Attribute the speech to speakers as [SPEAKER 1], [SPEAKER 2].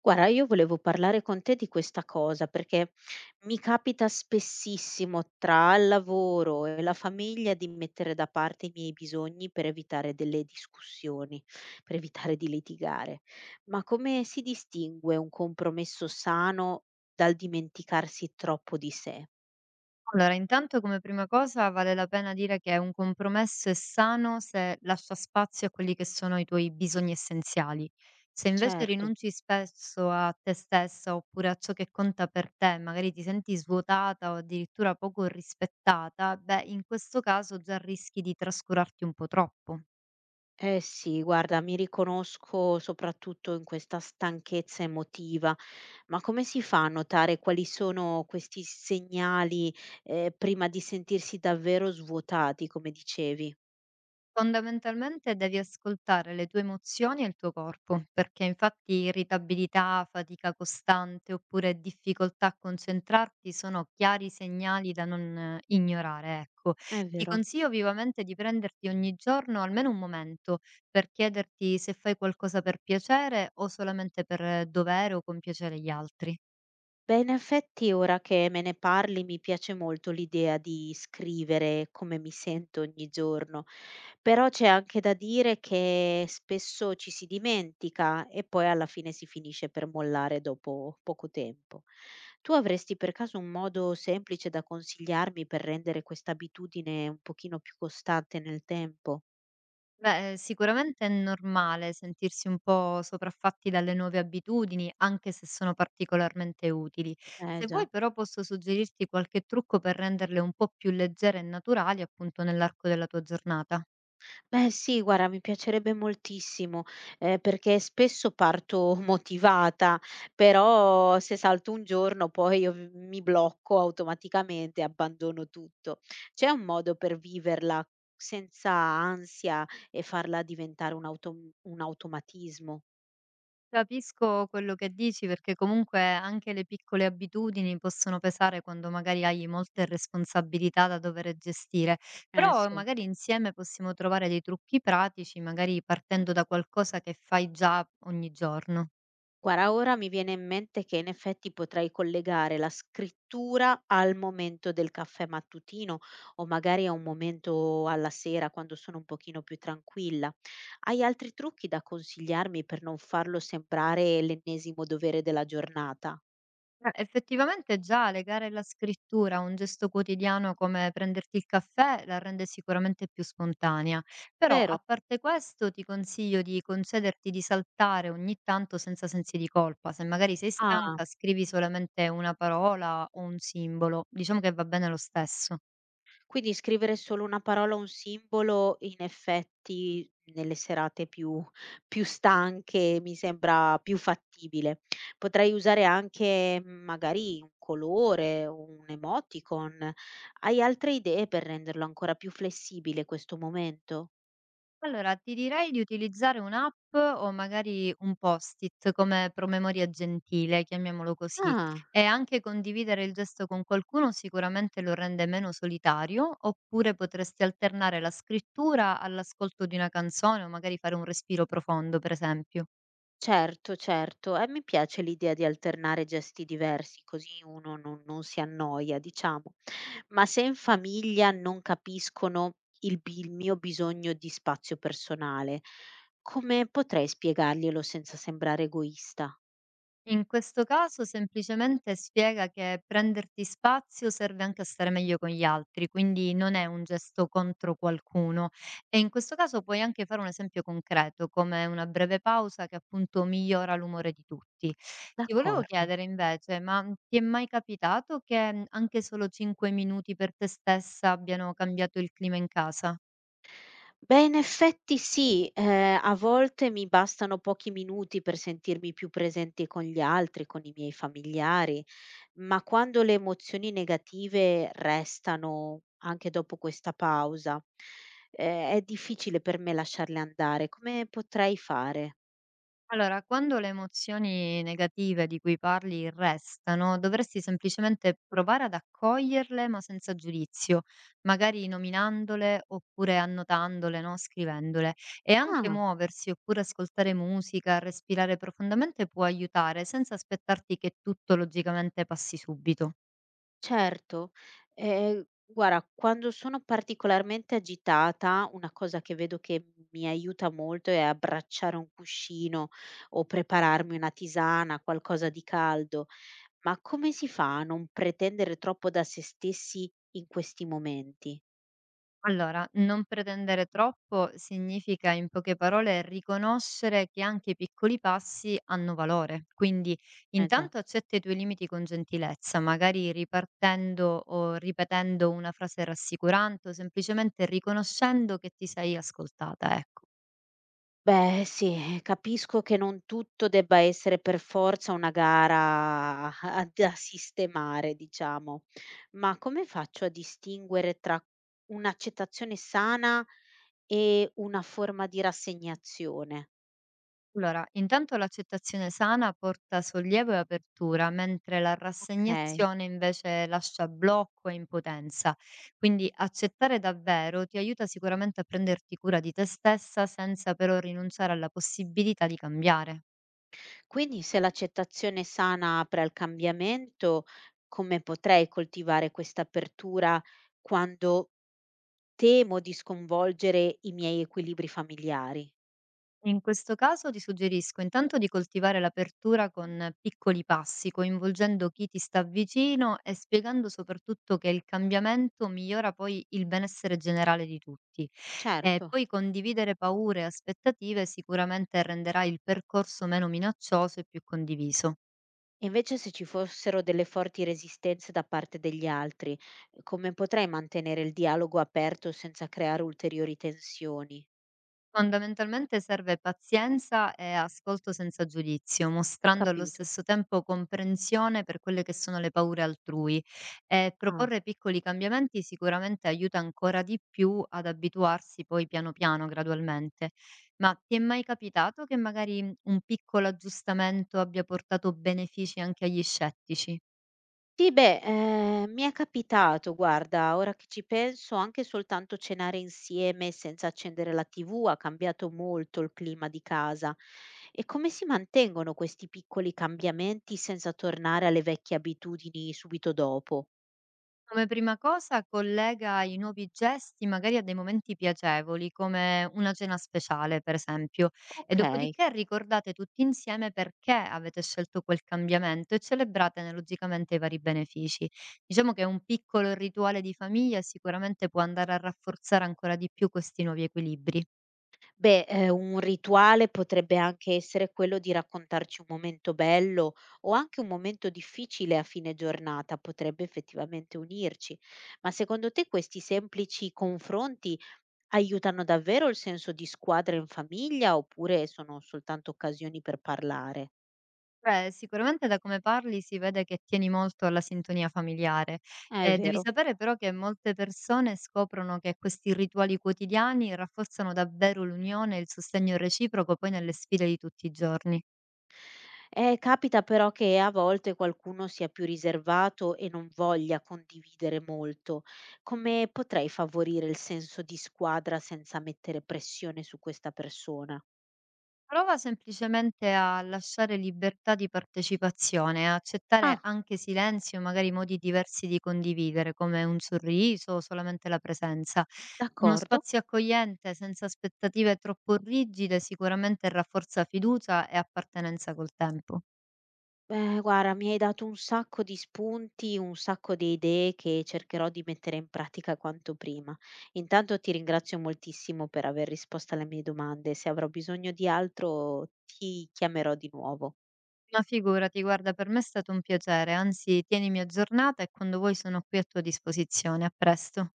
[SPEAKER 1] Guarda, io volevo parlare con te di questa cosa perché mi capita spessissimo tra il lavoro e la famiglia di mettere da parte i miei bisogni per evitare delle discussioni, per evitare di litigare. Ma come si distingue un compromesso sano dal dimenticarsi troppo di sé?
[SPEAKER 2] Allora, intanto come prima cosa vale la pena dire che un compromesso è sano se lascia spazio a quelli che sono i tuoi bisogni essenziali. Se invece
[SPEAKER 1] Certo.
[SPEAKER 2] rinunci spesso a te stessa oppure a ciò che conta per te, magari ti senti svuotata o addirittura poco rispettata, beh, in questo caso già rischi di trascurarti un po' troppo.
[SPEAKER 1] Eh sì, guarda, mi riconosco soprattutto in questa stanchezza emotiva, ma come si fa a notare quali sono questi segnali prima di sentirsi davvero svuotati, come dicevi?
[SPEAKER 2] Fondamentalmente devi ascoltare le tue emozioni e il tuo corpo, perché infatti irritabilità, fatica costante oppure difficoltà a concentrarti sono chiari segnali da non ignorare, ecco.
[SPEAKER 1] È
[SPEAKER 2] Ti
[SPEAKER 1] vero.
[SPEAKER 2] consiglio vivamente di prenderti ogni giorno almeno un momento per chiederti se fai qualcosa per piacere o solamente per dovere o compiacere gli altri.
[SPEAKER 1] Beh, in effetti ora che me ne parli mi piace molto l'idea di scrivere come mi sento ogni giorno, però c'è anche da dire che spesso ci si dimentica e poi alla fine si finisce per mollare dopo poco tempo. Tu avresti per caso un modo semplice da consigliarmi per rendere questa abitudine un pochino più costante nel tempo?
[SPEAKER 2] Beh, sicuramente è normale sentirsi un po' sopraffatti dalle nuove abitudini, anche se sono particolarmente utili.
[SPEAKER 1] Eh
[SPEAKER 2] Se
[SPEAKER 1] già.
[SPEAKER 2] vuoi però posso suggerirti qualche trucco per renderle un po' più leggere e naturali, appunto, nell'arco della tua giornata.
[SPEAKER 1] Beh sì, guarda, mi piacerebbe moltissimo, perché spesso parto motivata, però se salto un giorno poi io v mi blocco automaticamente e abbandono tutto. C'è un modo per viverla senza ansia e farla diventare un automatismo?
[SPEAKER 2] Capisco quello che dici perché comunque anche le piccole abitudini possono pesare quando magari hai molte responsabilità da dover gestire,
[SPEAKER 1] Eh
[SPEAKER 2] però
[SPEAKER 1] sì.
[SPEAKER 2] magari insieme possiamo trovare dei trucchi pratici, magari partendo da qualcosa che fai già ogni giorno.
[SPEAKER 1] Guarda, ora mi viene in mente che in effetti potrei collegare la scrittura al momento del caffè mattutino o magari a un momento alla sera quando sono un pochino più tranquilla. Hai altri trucchi da consigliarmi per non farlo sembrare l'ennesimo dovere della giornata?
[SPEAKER 2] Effettivamente già legare alla scrittura a un gesto quotidiano come prenderti il caffè la rende sicuramente più spontanea, però
[SPEAKER 1] Vero?
[SPEAKER 2] a parte questo ti consiglio di concederti di saltare ogni tanto senza sensi di colpa, se magari sei
[SPEAKER 1] Ah.
[SPEAKER 2] stanca scrivi solamente una parola o un simbolo, diciamo che va bene lo stesso.
[SPEAKER 1] Quindi scrivere solo una parola o un simbolo, in effetti nelle serate più stanche mi sembra più fattibile. Potrei usare anche magari un colore, o un emoticon. Hai altre idee per renderlo ancora più flessibile questo momento?
[SPEAKER 2] Allora, ti direi di utilizzare un'app o magari un post-it come promemoria gentile, chiamiamolo così,
[SPEAKER 1] Ah.
[SPEAKER 2] e anche condividere il gesto con qualcuno sicuramente lo rende meno solitario, oppure potresti alternare la scrittura all'ascolto di una canzone o magari fare un respiro profondo, per esempio.
[SPEAKER 1] Certo, certo. E mi piace l'idea di alternare gesti diversi, così uno non si annoia, diciamo. Ma se in famiglia non capiscono il mio bisogno di spazio personale, come potrei spiegarglielo senza sembrare egoista?
[SPEAKER 2] In questo caso semplicemente spiega che prenderti spazio serve anche a stare meglio con gli altri, quindi non è un gesto contro qualcuno. E in questo caso puoi anche fare un esempio concreto, come una breve pausa che appunto migliora l'umore di tutti. Ti volevo
[SPEAKER 1] D'accordo.
[SPEAKER 2] chiedere invece, ma ti è mai capitato che anche solo 5 minuti per te stessa abbiano cambiato il clima in casa?
[SPEAKER 1] Beh, in effetti sì, a volte mi bastano pochi minuti per sentirmi più presente con gli altri, con i miei familiari, ma quando le emozioni negative restano anche dopo questa pausa, è difficile per me lasciarle andare. Come potrei fare?
[SPEAKER 2] Allora, quando le emozioni negative di cui parli restano, dovresti semplicemente provare ad accoglierle ma senza giudizio, magari nominandole oppure annotandole, no? Scrivendole. E anche
[SPEAKER 1] Ah.
[SPEAKER 2] muoversi oppure ascoltare musica, respirare profondamente può aiutare senza aspettarti che tutto logicamente passi subito.
[SPEAKER 1] Certo, guarda quando sono particolarmente agitata, una cosa che vedo che mi aiuta molto è abbracciare un cuscino o prepararmi una tisana, qualcosa di caldo. Ma come si fa a non pretendere troppo da se stessi in questi momenti?
[SPEAKER 2] Allora, non pretendere troppo significa, in poche parole, riconoscere che anche i piccoli passi hanno valore. Quindi,
[SPEAKER 1] Eh già.
[SPEAKER 2] intanto accetta i tuoi limiti con gentilezza, magari ripartendo o ripetendo una frase rassicurante o semplicemente riconoscendo che ti sei ascoltata, ecco.
[SPEAKER 1] Beh, sì, capisco che non tutto debba essere per forza una gara a da sistemare, diciamo, ma come faccio a distinguere tra un'accettazione sana e una forma di rassegnazione?
[SPEAKER 2] Allora, intanto l'accettazione sana porta sollievo e apertura, mentre la
[SPEAKER 1] Okay.
[SPEAKER 2] rassegnazione invece lascia blocco e impotenza. Quindi accettare davvero ti aiuta sicuramente a prenderti cura di te stessa senza però rinunciare alla possibilità di cambiare.
[SPEAKER 1] Quindi se l'accettazione sana apre al cambiamento, come potrei coltivare questa apertura quando temo di sconvolgere i miei equilibri familiari?
[SPEAKER 2] In questo caso ti suggerisco intanto di coltivare l'apertura con piccoli passi, coinvolgendo chi ti sta vicino e spiegando soprattutto che il cambiamento migliora poi il benessere generale di tutti.
[SPEAKER 1] Certo.
[SPEAKER 2] E poi condividere paure e aspettative sicuramente renderà il percorso meno minaccioso e più condiviso.
[SPEAKER 1] E invece se ci fossero delle forti resistenze da parte degli altri, come potrei mantenere il dialogo aperto senza creare ulteriori tensioni?
[SPEAKER 2] Fondamentalmente serve pazienza e ascolto senza giudizio,
[SPEAKER 1] Ho
[SPEAKER 2] mostrando allo
[SPEAKER 1] capito.
[SPEAKER 2] stesso tempo comprensione per quelle che sono le paure altrui. E
[SPEAKER 1] Ah.
[SPEAKER 2] proporre piccoli cambiamenti sicuramente aiuta ancora di più ad abituarsi poi piano piano, gradualmente. Ma ti è mai capitato che magari un piccolo aggiustamento abbia portato benefici anche agli scettici?
[SPEAKER 1] Sì, beh, mi è capitato, guarda, ora che ci penso, anche soltanto cenare insieme senza accendere la TV ha cambiato molto il clima di casa. E come si mantengono questi piccoli cambiamenti senza tornare alle vecchie abitudini subito dopo?
[SPEAKER 2] Come prima cosa collega i nuovi gesti magari a dei momenti piacevoli, come una cena speciale, per esempio, e
[SPEAKER 1] Ok.
[SPEAKER 2] dopodiché ricordate tutti insieme perché avete scelto quel cambiamento e celebrate analogicamente i vari benefici. Diciamo che un piccolo rituale di famiglia sicuramente può andare a rafforzare ancora di più questi nuovi equilibri.
[SPEAKER 1] Beh, un rituale potrebbe anche essere quello di raccontarci un momento bello o anche un momento difficile a fine giornata, potrebbe effettivamente unirci. Ma secondo te questi semplici confronti aiutano davvero il senso di squadra in famiglia oppure sono soltanto occasioni per parlare?
[SPEAKER 2] Beh, sicuramente da come parli si vede che tieni molto alla sintonia familiare.
[SPEAKER 1] È
[SPEAKER 2] Devi
[SPEAKER 1] vero.
[SPEAKER 2] sapere però che molte persone scoprono che questi rituali quotidiani rafforzano davvero l'unione e il sostegno reciproco poi nelle sfide di tutti i giorni.
[SPEAKER 1] Capita però che a volte qualcuno sia più riservato e non voglia condividere molto. Come potrei favorire il senso di squadra senza mettere pressione su questa persona?
[SPEAKER 2] Prova semplicemente a lasciare libertà di partecipazione, a accettare
[SPEAKER 1] Ah,
[SPEAKER 2] anche silenzi o magari modi diversi di condividere, come un sorriso o solamente la presenza. Uno
[SPEAKER 1] d'accordo.
[SPEAKER 2] spazio accogliente, senza aspettative troppo rigide, sicuramente rafforza fiducia e appartenenza col tempo.
[SPEAKER 1] Beh, guarda, mi hai dato un sacco di spunti, un sacco di idee che cercherò di mettere in pratica quanto prima. Intanto ti ringrazio moltissimo per aver risposto alle mie domande. Se avrò bisogno di altro, ti chiamerò di nuovo.
[SPEAKER 2] Ma figurati, guarda, per me è stato un piacere, anzi, tienimi aggiornata e quando vuoi sono qui a tua disposizione. A presto.